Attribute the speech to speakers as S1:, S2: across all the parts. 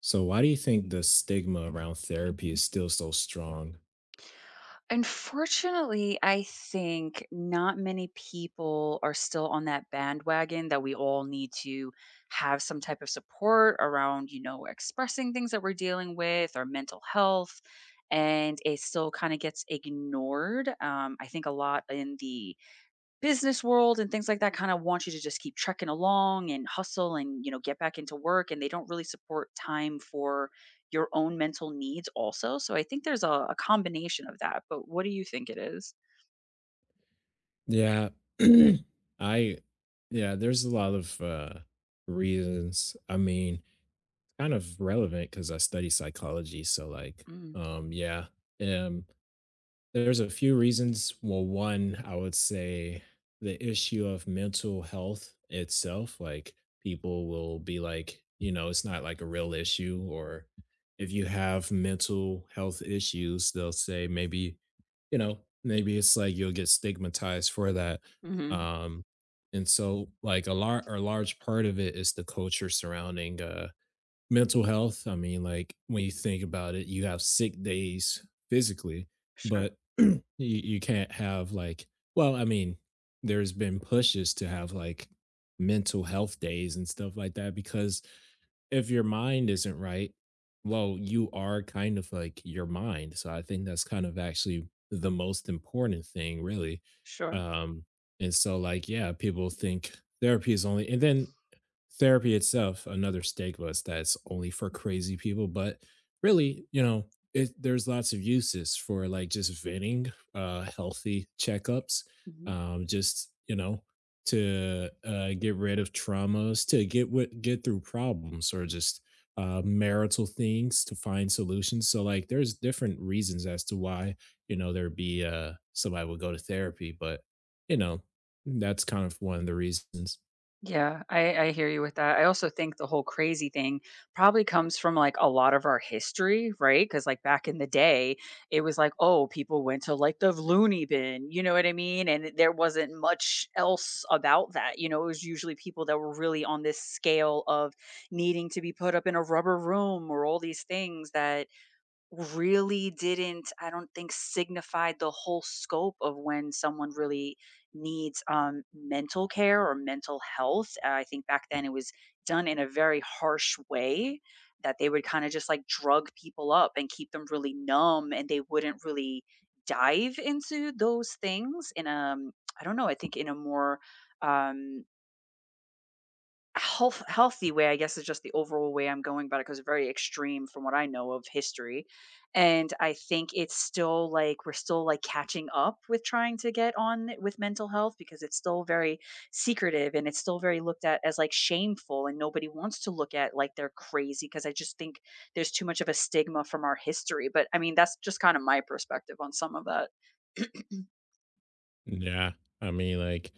S1: So, why do you think the stigma around therapy is still so strong?
S2: Unfortunately, I think not many people are still on that bandwagon that we all need to have some type of support around, you know, expressing things that we're dealing with or mental health. And it still kind of gets ignored. I think a lot in the business world and things like that kind of want you to just keep trekking along and hustle and you know get back into work and they don't really support time for your own mental needs also, so I think there's a combination of that, but what do you think it is?
S1: Yeah, I, yeah, there's a lot of reasons. I mean, kind of relevant because I study psychology. So, like, yeah, um, there's a few reasons. Well, one, I would say the issue of mental health itself. Like, people will be like, it's not like a real issue. Or if you have mental health issues, they'll say maybe, you know, maybe it's like you'll get stigmatized for that.
S2: Mm-hmm.
S1: Um, and so like a large part of it is the culture surrounding mental health. I mean, like when you think about it, you have sick days physically,
S2: Sure.
S1: but you can't have like, well, I mean, there's been pushes to have like mental health days and stuff like that, because if your mind isn't right, well, you are kind of like your mind. So I think that's kind of actually the most important thing, really.
S2: Sure.
S1: Um, and so like, yeah, people think therapy is only, and then therapy itself, another stakeless that's only for crazy people, but really, there's lots of uses for like just venting, healthy checkups, um, just you know, to get rid of traumas, to get through problems, or just marital things to find solutions. So like, there's different reasons as to why you know there'd be somebody would go to therapy, but you know, that's kind of one of the reasons.
S2: Yeah, I hear you with that. I also think the whole crazy thing probably comes from like a lot of our history, right? Because like back in the day, it was like, oh, people went to like the loony bin, you know what I mean? And there wasn't much else about that. You know, it was usually people that were really on this scale of needing to be put up in a rubber room or all these things that really didn't, I don't think, signified the whole scope of when someone really needs mental care or mental health. I think back then it was done in a very harsh way, that they would kind of just like drug people up and keep them really numb and they wouldn't really dive into those things in a, I don't know, I think in a more um healthy way, I guess, is just the overall way I'm going about it. Because very extreme from what I know of history, and I think it's still, like we're still, like, catching up with trying to get on with mental health because it's still very secretive, and it's still very looked at as, like, shameful, and nobody wants to look at like they're crazy crazy because I just think there's too much of a stigma from our history, but, I mean, that's just kinda my perspective on some of that.
S1: Yeah. I mean, like,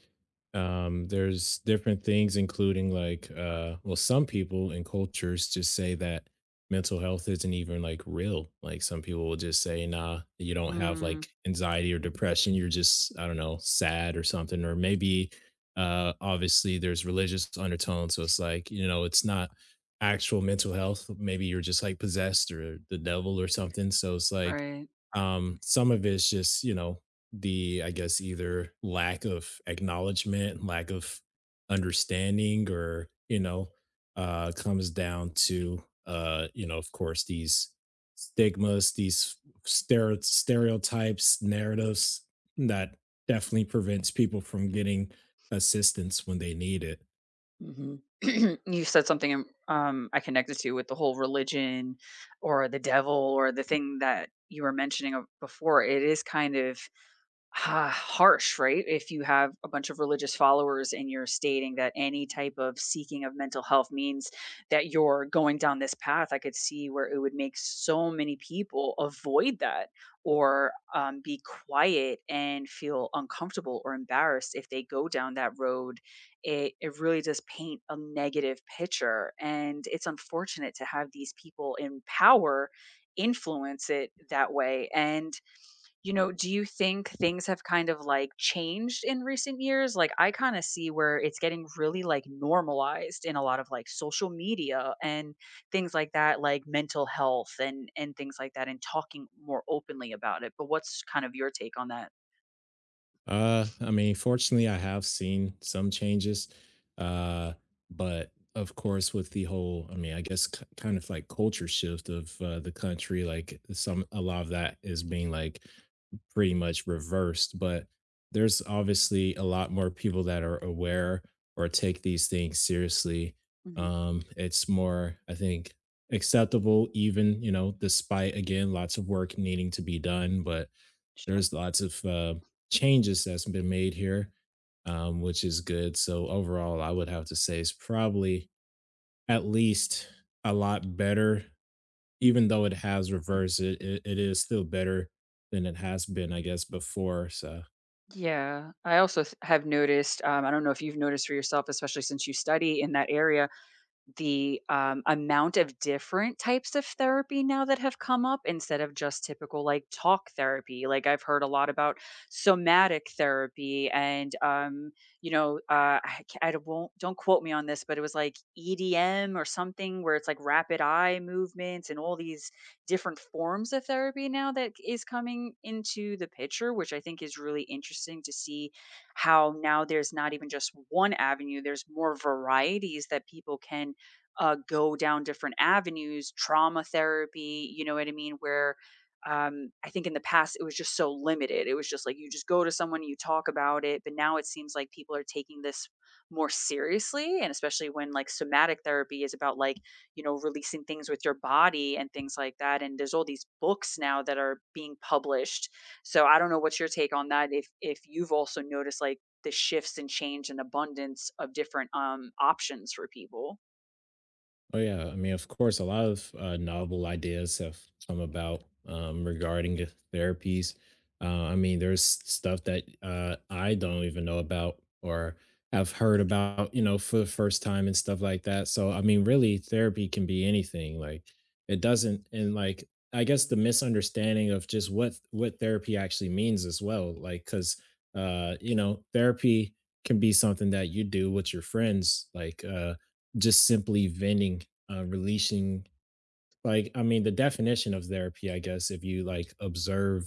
S1: there's different things, including like, well, some people and cultures just say that mental health isn't even like real. Like, some people will just say, nah, you don't have
S2: Mm,
S1: like anxiety or depression. You're just, I don't know, sad or something. Or maybe, obviously there's religious undertones. So it's like, it's not actual mental health. Maybe you're just like possessed or the devil or something. So it's like,
S2: right.
S1: some of it's just you know the I guess either lack of acknowledgement, lack of understanding, or comes down to of course, these stigmas, these stereotypes, narratives that definitely prevents people from getting assistance when they need it.
S2: Mhm. You said something, I connected to with the whole religion or the devil or the thing that you were mentioning of before. It is kind of ha harsh, right? If you have a bunch of religious followers and you're stating that any type of seeking of mental health means that you're going down this path, I could see where it would make so many people avoid that or be quiet and feel uncomfortable or embarrassed if they go down that road. It really does paint a negative picture. And it's unfortunate to have these people in power influence it that way. And you know, do you think things have kind of, like, changed in recent years? Like, I kinda see where it's getting really, like, normalized in a lot of, like, social media and things like that, like mental health and things like that, and talking more openly about it, but what's kind of your take on that?
S1: I mean, fortunately, I have seen some changes. Uh, but of course, with the whole, I mean, I guess kind of like culture shift of the country, like a lot of that is being like pretty much reversed. But there's obviously a lot more people that are aware or take these things seriously.
S2: Mhm.
S1: It's more, I think, acceptable, even, despite again, lots of work needing to be done. But
S2: Sure.
S1: there's lots of changes that's been made here, which is good. So overall, I would have to say it's probably at least a lot better. Even though it has reversed, it is still better than it has been, I guess, before. So.
S2: Yeah, I also th have noticed, I don't know if you've noticed for yourself, especially since you study in that area. The amount of different types of therapy now that have come up instead of just typical, like, talk therapy, like, I've heard a lot about somatic therapy and, you know, I don't- won't don't quote me on this, but it was like EDM or something where it's like rapid eye movements and all these different forms of therapy now that is coming into the picture, which I think is really interesting to see how now there's not even just one avenue, there's more varieties that people can go down different avenues, trauma therapy, you know what I mean? Where I think in the past it was just so limited. It was just like you just go to someone, you talk about it. But now it seems like people are taking this more seriously. And especially when like somatic therapy is about like, you know, releasing things with your body and things like that. And there's all these books now that are being published. So I don't know what's your take on that, if you've also noticed like the shifts and change and abundance of different options for people.
S1: Oh yeah, I mean, of course, a lot of novel ideas have come about, regarding the therapies. I mean, there's stuff that I don't even know about or have heard about, for the first time and stuff like that. So, I mean, really, therapy can be anything. Like, it doesn't, and like, I guess the misunderstanding of just what therapy actually means as well. Like, because therapy can be something that you do with your friends, like. Just simply venting, releasing. Like, I mean, the definition of therapy, I guess, if you like observe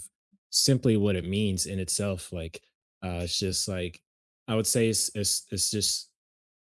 S1: simply what it means in itself. Like, it's just like, I would say it's just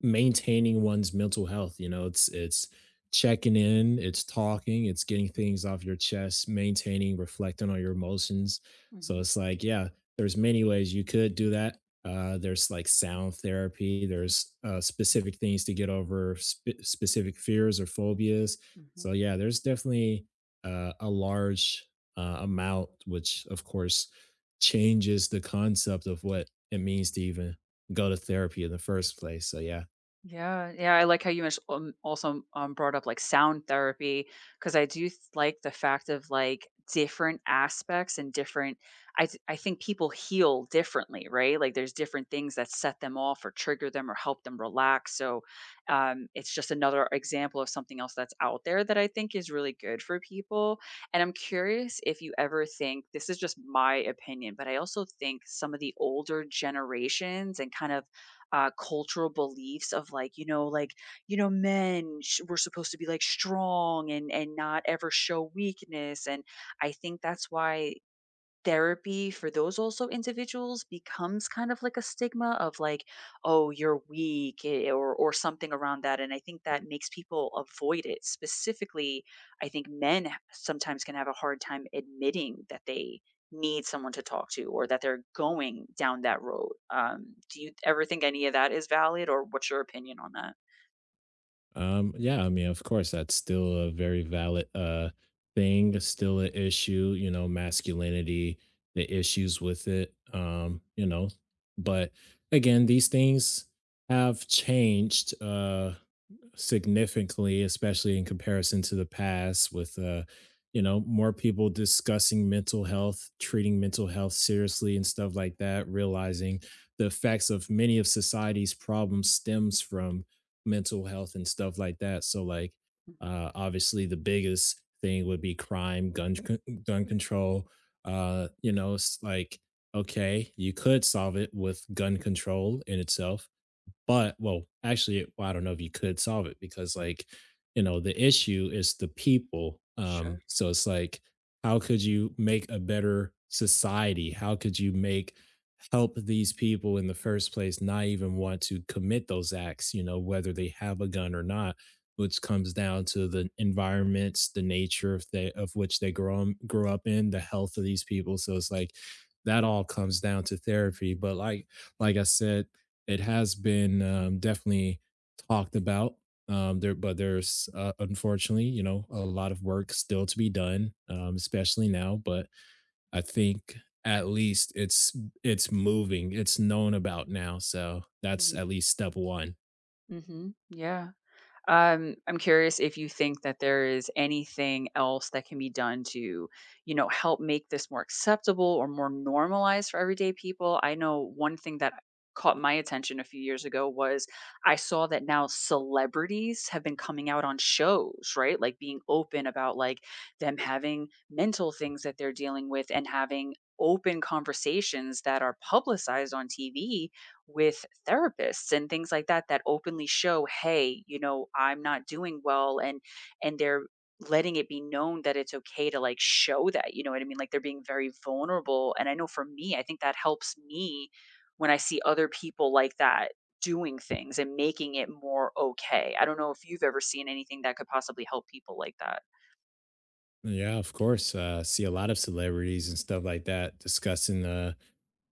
S1: maintaining one's mental health. You know, it's checking in, it's talking, it's getting things off your chest, maintaining, reflecting on your emotions. So it's like, yeah, there's many ways you could do that. There's like sound therapy. There's specific things to get over specific fears or phobias.
S2: Mhm.
S1: So yeah, there's definitely a large amount, which of course changes the concept of what it means to even go to therapy in the first place. So yeah.
S2: Yeah, yeah, I like how you mentioned also brought up like sound therapy because I do like the fact of like different aspects and different. I think people heal differently, right? Like there's different things that set them off or trigger them or help them relax. So it's just another example of something else that's out there that I think is really good for people. And I'm curious if you ever think, this is just my opinion, but I also think some of the older generations and kind of cultural beliefs of like you know were supposed to be like strong and not ever show weakness, and I think that's why therapy for those also individuals becomes kind of like a stigma of like, oh, you're weak, or something around that. And I think that makes people avoid it. Specifically, I think sometimes can have a hard time admitting that they need someone to talk to or that they're going down that road. Do you ever think any of that is valid or what's your opinion on that?
S1: Yeah, I mean, of course, that's still a very valid thing, still an issue, masculinity, the issues with it. But again, these things have changed. Significantly, especially in comparison to the past, with more people discussing mental health, treating mental health seriously and stuff like that, realizing the effects of many of society's problems stems from mental health and stuff like that. So like
S2: Hmm.
S1: obviously the biggest thing would be crime, gun control. It's like, okay, you could solve it with gun control in itself, but well, actually, well, I don't know if you could solve it because, like, the issue is the people. Um,
S2: Sure.
S1: so it's like, how could you make a better society? How could you make help these people in the first place not even want to commit those acts, whether they have a gun or not, which comes down to the environments, the nature of which they grow up in, the health of these people. So it's like that all comes down to therapy. But like I said, it has been, definitely talked about, there
S2: Hmm.
S1: but there's, unfortunately, a lot of work still to be done, especially now, but I think at least it's moving, it's known about now, so that's
S2: Yeah.
S1: at least step 1.
S2: Hmm. Yeah. I'm curious if you think that there is anything else that can be done to, you know, help make this more acceptable or more normalized for everyday people. I know one thing that caught my attention a few years ago was I saw that now celebrities have been coming out on shows, right? Like being open about like them having mental things that they're dealing with and having open conversations that are publicized on TV with therapists and things like that, that openly show, hey, you know, I'm not doing well and they're letting it be known that it's okay to like show, that, you know what I mean, like they're being very vulnerable, and I know for me I think that helps me when I see other people like that doing things and making it more okay. I don't know if you've ever seen anything that could possibly help people like that.
S1: Yeah, of course, see a lot of celebrities and stuff like that discussing, uh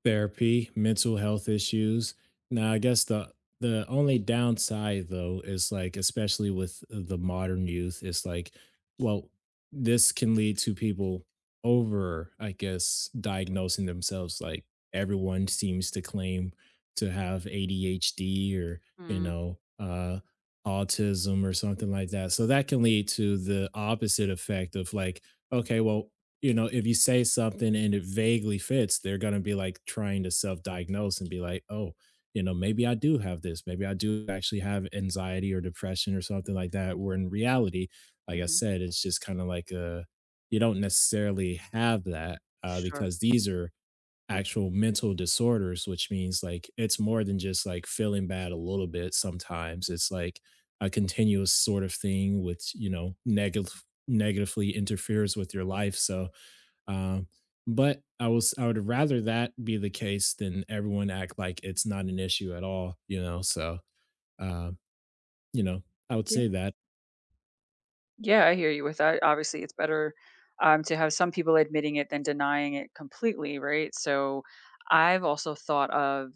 S1: Therapy, mental health issues. Now, I guess the only downside though is like, especially with the modern youth, is like, well, this can lead to people over, I guess, diagnosing themselves. Like, everyone seems to claim to have ADHD or, you
S2: Mm-hmm.
S1: know, uh autism or something like that. So that can lead to the opposite effect of like, okay, well, if you say something and it vaguely fits, they're gonna be like trying to self-diagnose and be like, oh, maybe I do have this. Maybe I do actually have anxiety or depression or something like that. Where in reality, like I said, it's just kind of like a you don't necessarily have that,
S2: Sure.
S1: because these are actual mental disorders, which means like it's more than just like feeling bad a little bit. Sometimes it's like a continuous sort of thing, which negatively interferes with your life. So um, but I would rather that be the case than everyone act like it's not an issue at all. So, um, you know, I would say that.
S2: Yeah, I hear you with that. Obviously, it's better to have some people admitting it than denying it completely, right? So, I've also thought of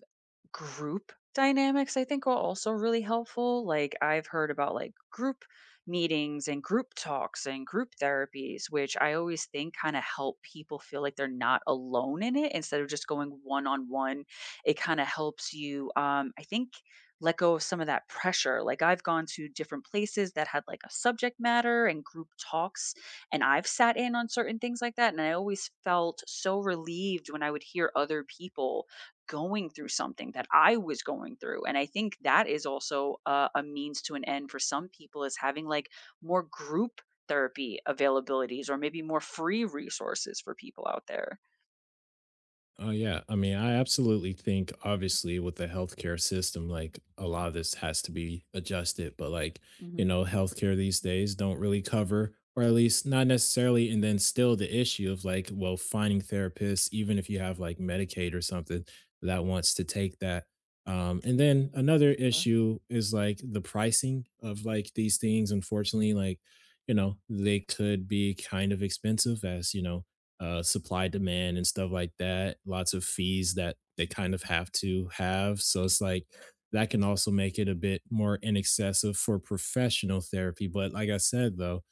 S2: group dynamics, I think, are also really helpful. Like, I've heard about like group meetings and group talks and group therapies, which I always think kind of help people feel like they're not alone in it instead of just going one on one. It kind of helps you, I think, let go of some of that pressure. Like I've gone to different places that had like a subject matter and group talks and I've sat in on certain things like that and I always felt so relieved when I would hear other people going through something that I was going through. And I think that is also a means to an end for some people, is having like more group therapy availabilities or maybe more free resources for people out there.
S1: Oh yeah, I mean, I absolutely think obviously with the healthcare system, like a lot of this has to be adjusted, but like,
S2: Mm-hmm.
S1: healthcare these days don't really cover, or at least not necessarily, and then still the issue of like, well, finding therapists, even if you have like Medicaid or something that wants to take that. And then another
S2: Sure.
S1: issue is like the pricing of like these things, unfortunately, like, they could be kind of expensive as, supply demand and stuff like that. Lots of fees that they kind of have to have. So it's like that can also make it a bit more inaccessible for professional therapy. But like I said, though,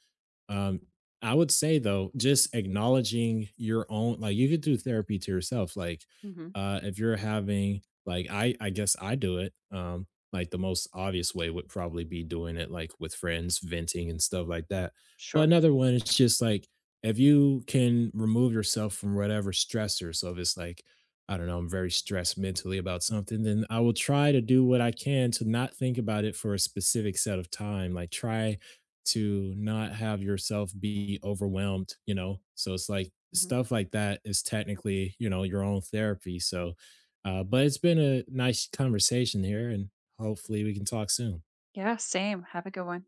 S1: um, I would say though, just acknowledging your own, like you could do therapy to yourself. Like,
S2: Mm-hmm.
S1: if you're having, like, I guess I do it. Like the most obvious way would probably be doing it like with friends, venting and stuff like that. But
S2: Sure.
S1: another one is just like if you can remove yourself from whatever stressor. So if it's like, I don't know, I'm very stressed mentally about something, then I will try to do what I can to not think about it for a specific set of time. Like, try to not have yourself be overwhelmed, you know? So it's like
S2: Hmm.
S1: stuff like that is technically, your own therapy. So, but it's been a nice conversation here and hopefully we can talk soon.
S2: Yeah, same. Have a good one.